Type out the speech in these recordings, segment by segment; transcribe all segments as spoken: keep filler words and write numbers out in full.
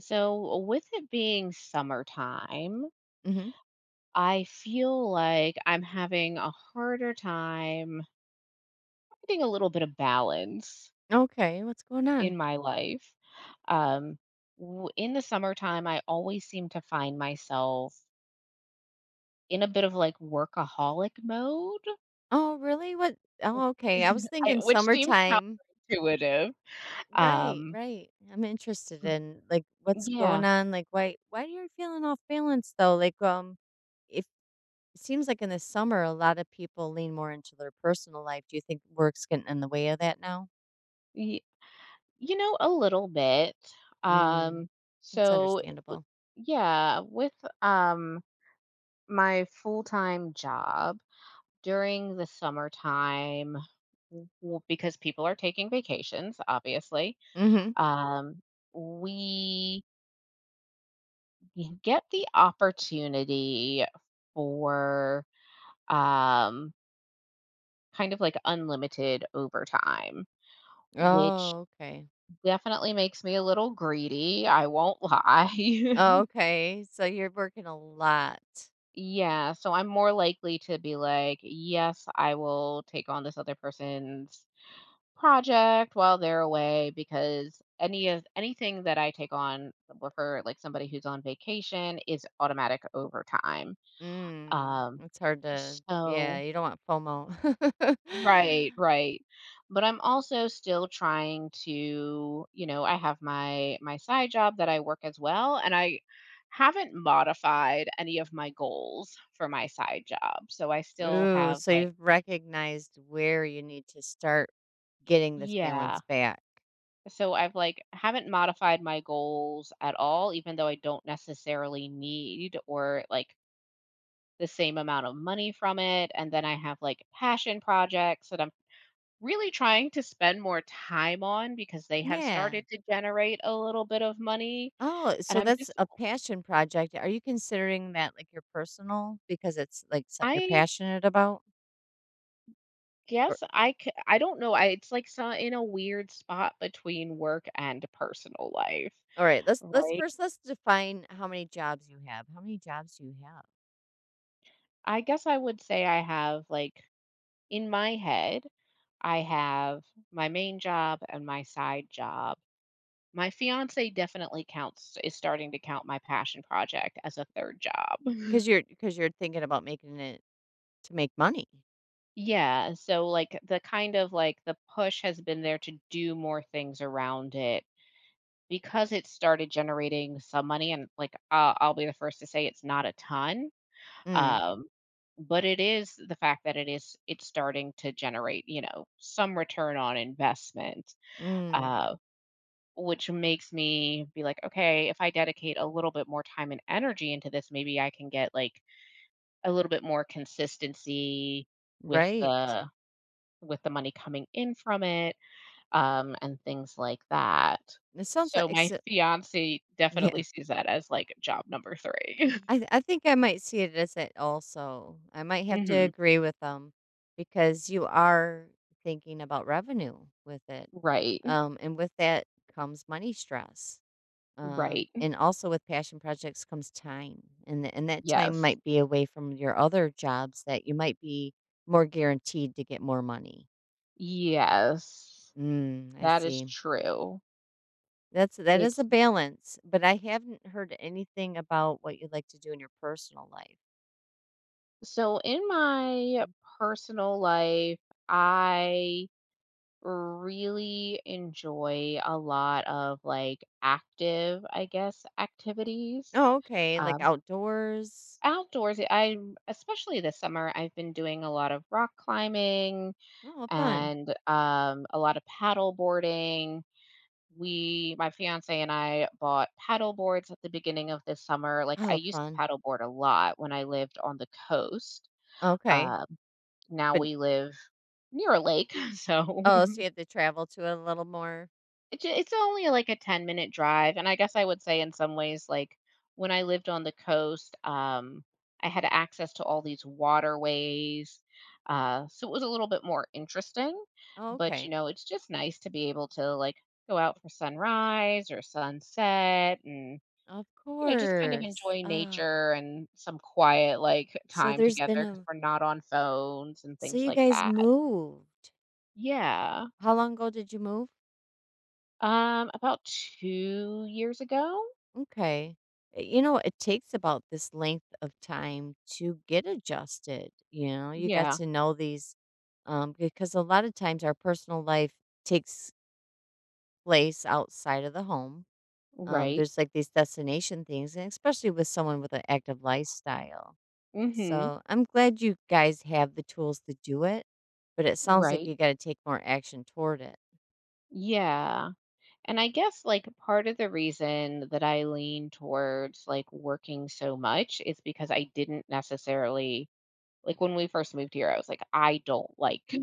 So, with it being summertime, Mhm. I feel like I'm having a harder time finding a little bit of balance Okay, what's going on? in my life. Um, w- in the summertime, I always seem to find myself in a bit of like workaholic mode. Oh, really? What? Oh, okay, I was I, thinking Which seems summertime. counterintuitive. Right, Um, right. I'm interested in like what's going yeah, on. Like why why are you feeling off balance though? Like um if it seems like in the summer a lot of people lean more into their personal life. Do you think work's getting in the way of that now? y- you know, a little bit. Mm, Um, that's so, understandable. yeah, with um, my full-time job during the summertime w- because people are taking vacations obviously, Mhm. um, we get the opportunity for, um, kind of like unlimited overtime, which Oh, okay. definitely makes me a little greedy, I won't lie. Oh, okay, so you're working a lot. Yeah, so I'm more likely to be like, yes, I will take on this other person's project while they're away because any of anything that I take on w- for like somebody who's on vacation is automatic overtime. Mm, Um, it's hard to, yeah, so you don't want FOMO. right, right. But I'm also still trying to, you know, I have my my side job that I work as well, and I haven't modified any of my goals for my side job. So I still Ooh, have so like, you've recognized where you need to start getting this balance yeah. back. So I've like haven't modified my goals at all, even though I don't necessarily need or like the same amount of money from it. And then I have like passion projects that I'm really trying to spend more time on because they have Yeah. started to generate a little bit of money. Oh, And so I'm that's just, a passion project. Are you considering that like your personal because it's like something you're I passionate about? Or, guess I c- I don't know. I It's like so in a weird spot between work and personal life, all right, let's let's right? first let's define how many jobs you have. How many jobs do you have? I guess I would say I have like, in my head, I have my main job and my side job. My fiance definitely counts is starting to count my passion project as a third job. Because you're, because you're thinking about making it to make money. Yeah, so like the kind of like the push has been there to do more things around it because it started generating some money, and like uh, I'll be the first to say it's not a ton. Mm, Um but it is the fact that it is, it's starting to generate, you know, some return on investment. mm, Uh, Which makes me be like, "Okay, if I dedicate a little bit more time and energy into this, maybe I can get, like, a little bit more consistency with right. the with the money coming in from it," um, and things like that. It sounds like So it's my a- fiancé Yeah. definitely sees that as, like, job number three. I th- I think I might see it as that also. I might have to Mhm. agree with them because you are thinking about revenue with it. Right. Um, and with that comes money stress. Um, Right. and also with passion projects comes time. And th- and that time Yes. might be away from your other jobs that you might be more guaranteed to get more money. Yes. Mm, I That is see. true. That's, that is a It's balance, but I haven't heard anything about what you would like to do in your personal life. so in my personal life, I really enjoy a lot of like active, I guess, activities. Oh, okay, like Um, outdoors. Outdoors, I especially this summer, I've been doing a lot of rock climbing Oh, fun. and, um, a lot of paddle boarding. We, my fiance and I, bought paddle boards at the beginning of this summer. Like I I love used to fun. paddle board a lot when I lived on the coast. Okay. Um, Now But we live near a lake, so oh, so you have to travel to it a little more. It j it's only, like, a ten-minute drive, and I guess I would say in some ways, like, when I lived on the coast, um, I had access to all these waterways, uh, so it was a little bit more interesting, Oh, but, okay. you know, it's just nice to be able to, like, go out for sunrise or sunset and, Of you know, just kind of course. enjoy Ah. nature and some quiet, like, So time there's together been because 'cause a, we're not on phones and so things you like guys that. moved. Yeah. How long ago did you move? Um, about two years ago? Okay. Uh, you know, it takes about this length of time to get adjusted. You know, you got Yeah. to know these, um, because a lot of times our personal life takes place outside of the home. Um, Right. there's like these destination things, and especially with someone with an active lifestyle. Mhm. So I'm glad you guys have the tools to do it, but it sounds like Right. you got to take more action toward it. Yeah. And I guess like part of the reason that I lean towards like working so much is because I didn't necessarily like, when we first moved here, I was like, I don't like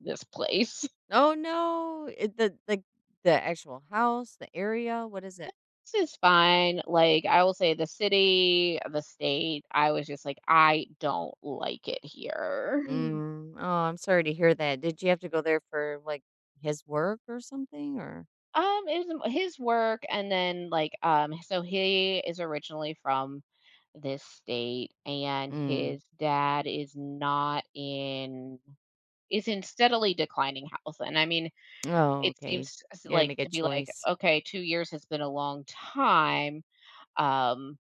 this place. Oh no, it, the the the actual house, the area, what is it? This is fine. Like I will say the city, the state, I was just like, I don't like it here. Mm, oh, I'm sorry to hear that. Did you have to go there for like his work or something? Or Um, it was m his work, and then, like, um, so he is originally from this state, and mm, his dad is not in is in steadily declining health, and I mean, oh, it okay, seems s you got to like make a to be like, choice. okay, two years has been a long time, um,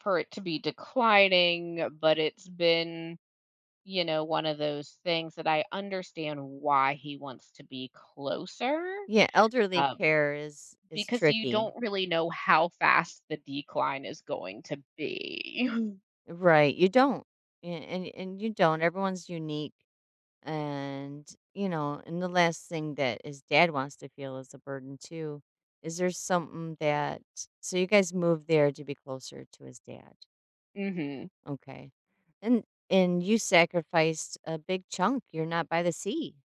for it to be declining, but it's been, you know, one of those things that I understand why he wants to be closer, Yeah, elderly um, care is is because you tricky. don't really know how fast the decline is going to be. Right, you don't. A and and you don't, everyone's unique, and, you know, and the last thing that his dad wants to feel is a burden too. Is there something that, so you guys moved there to be closer to his dad, Mhm. okay, and and you sacrificed a big chunk, you're not by the sea.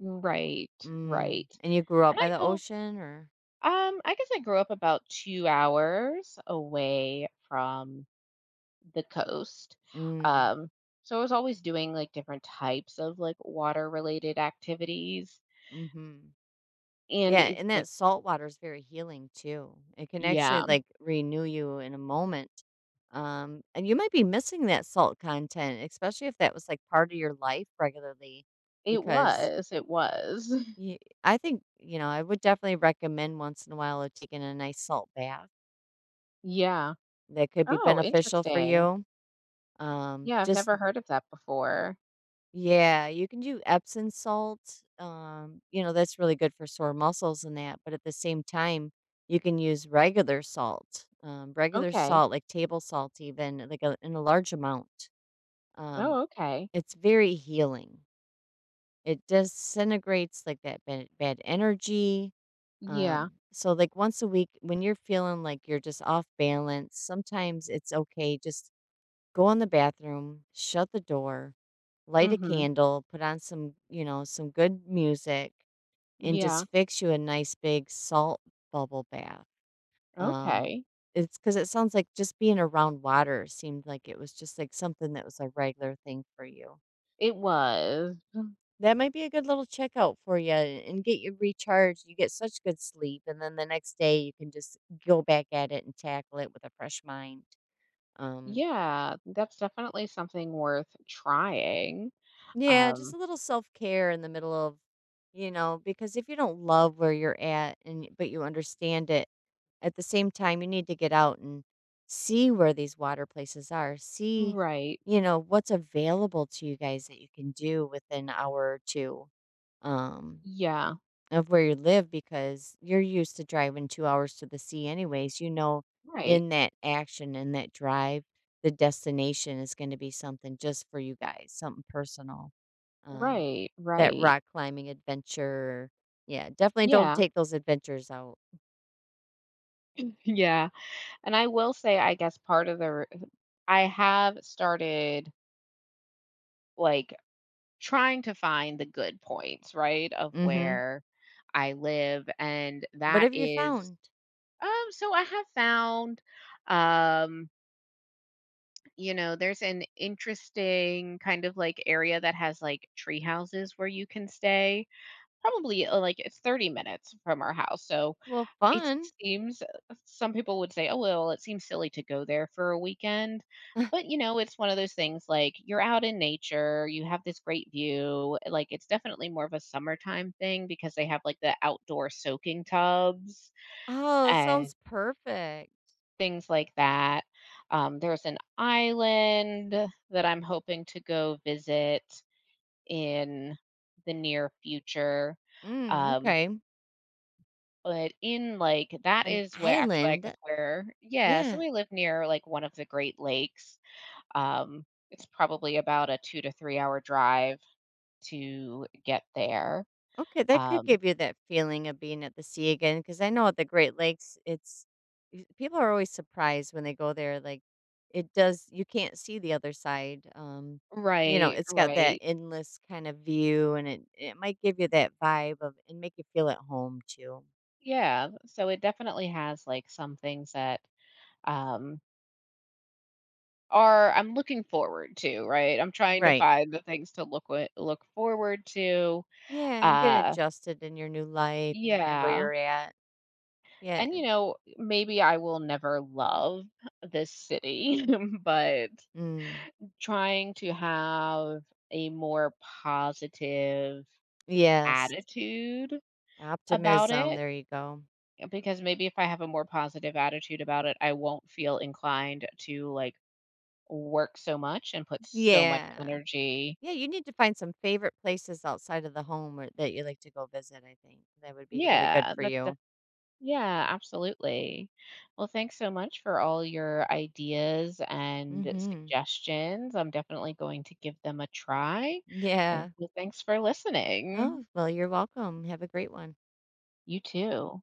Right, Mm, right. and you grew up And I by the don't ocean or um, I guess I grew up about two hours away from the coast. mm, Um, so I was always doing, like, different types of, like, water-related activities, mhm. and Yeah, it's and like. that salt water is very healing too. It can actually Yeah. like renew you in a moment. Um, and you might be missing that salt content, especially if that was like part of your life regularly, It because was, it was. you, I think, you know, I would definitely recommend once in a while of taking a nice salt bath Yeah. that could be Oh, beneficial for interesting. you. Um, Yeah, I've just never heard of that before. yeah, you can do Epsom salt. Um, you know, that's really good for sore muscles and that, but at the same time, you can use regular salt. Um, regular Okay. salt, like table salt even, like a, in a large amount. Um, Oh, okay. it's very healing. It disintegrates like that bad, bad energy. Yeah. Um, so like once a week when you're feeling like you're just off balance, sometimes it's okay just go in the bathroom, shut the door, light a Mhm. candle, put on some, you know, some good music, and Yeah. just fix you a nice big salt bubble bath. Um, Okay. it's because it sounds like just being around water seemed like it was just like something that was a regular thing for you. It was. That might be a good little checkout for you and get you recharged. You get such good sleep, and then the next day you can just go back at it and tackle it with a fresh mind. Um, Yeah, that's definitely something worth trying. Yeah, just Um, a little self-care in the middle of, you know, because if you don't love where you're at and but you understand it, at the same time you need to get out and see where these water places are. See, right. you know, what's available to you guys that you can do within an hour or two. Um, Yeah. of where you live because you're used to driving 2 hours to the sea anyways, you know, Right. in that action, in that drive, the destination is gonna be something just for you guys, something personal. Um, Right. that Right. rock climbing adventure. Yeah, definitely don't Yeah. take those adventures out. Yeah. And I will say, I guess part of the, r- I have started like trying to find the good points, right, of Mhm. where I live. And "What that have you is, found?" um, so I have found, um, you know, there's an interesting kind of like area that has like tree houses where you can stay. Probably uh, like it's thirty minutes from our house. So "Well, it fun." seems uh, some people would say, oh, well, it seems silly to go there for a weekend. But, you know, it's one of those things like you're out in nature, you have this great view. eh, Like it's definitely more of a summertime thing because they have like the outdoor soaking tubs. "Oh, And sounds perfect." things like that. Um, there's an island that I'm hoping to go visit in the near future. "Mm, Um, okay." but in like that "An is where actually I island?" guess where Yeah, so "Yeah." we live near like one of the Great Lakes. Um, it's probably about a two to three hour drive to get there. Okay, that could Um, give you that feeling of being at the sea again because I know at the Great Lakes, it's, y- people are always surprised when they go there. Like it does, you can't see the other side. Um, you know, right, it's got that right. endless kind of view, and it it might give you that vibe of and make you feel at home too. Yeah. So it definitely has like some things that um Are I'm looking forward to, right? I'm trying to Right? find the things to look wi look forward to. Yeah, and get Uh, adjusted in your new life and and where yeah, you're at. Yeah. and, you know, maybe I will never love this city, but Mm. trying to have a more positive Yes. attitude about Optimism. it, There you go. because maybe if I have a more positive attitude about it, I won't feel inclined to, like, work so much and put so much Yeah. energy. Yeah, you need to find some favorite places outside of the home or that you like to go visit, I think. That would be really good Yeah, for that's— you. yeah, absolutely. Well, thanks so much for all your ideas and Mhm. suggestions. I'm definitely going to give them a try. And Yeah. so thanks for listening. Oh, well, you're welcome. Have a great one. You too.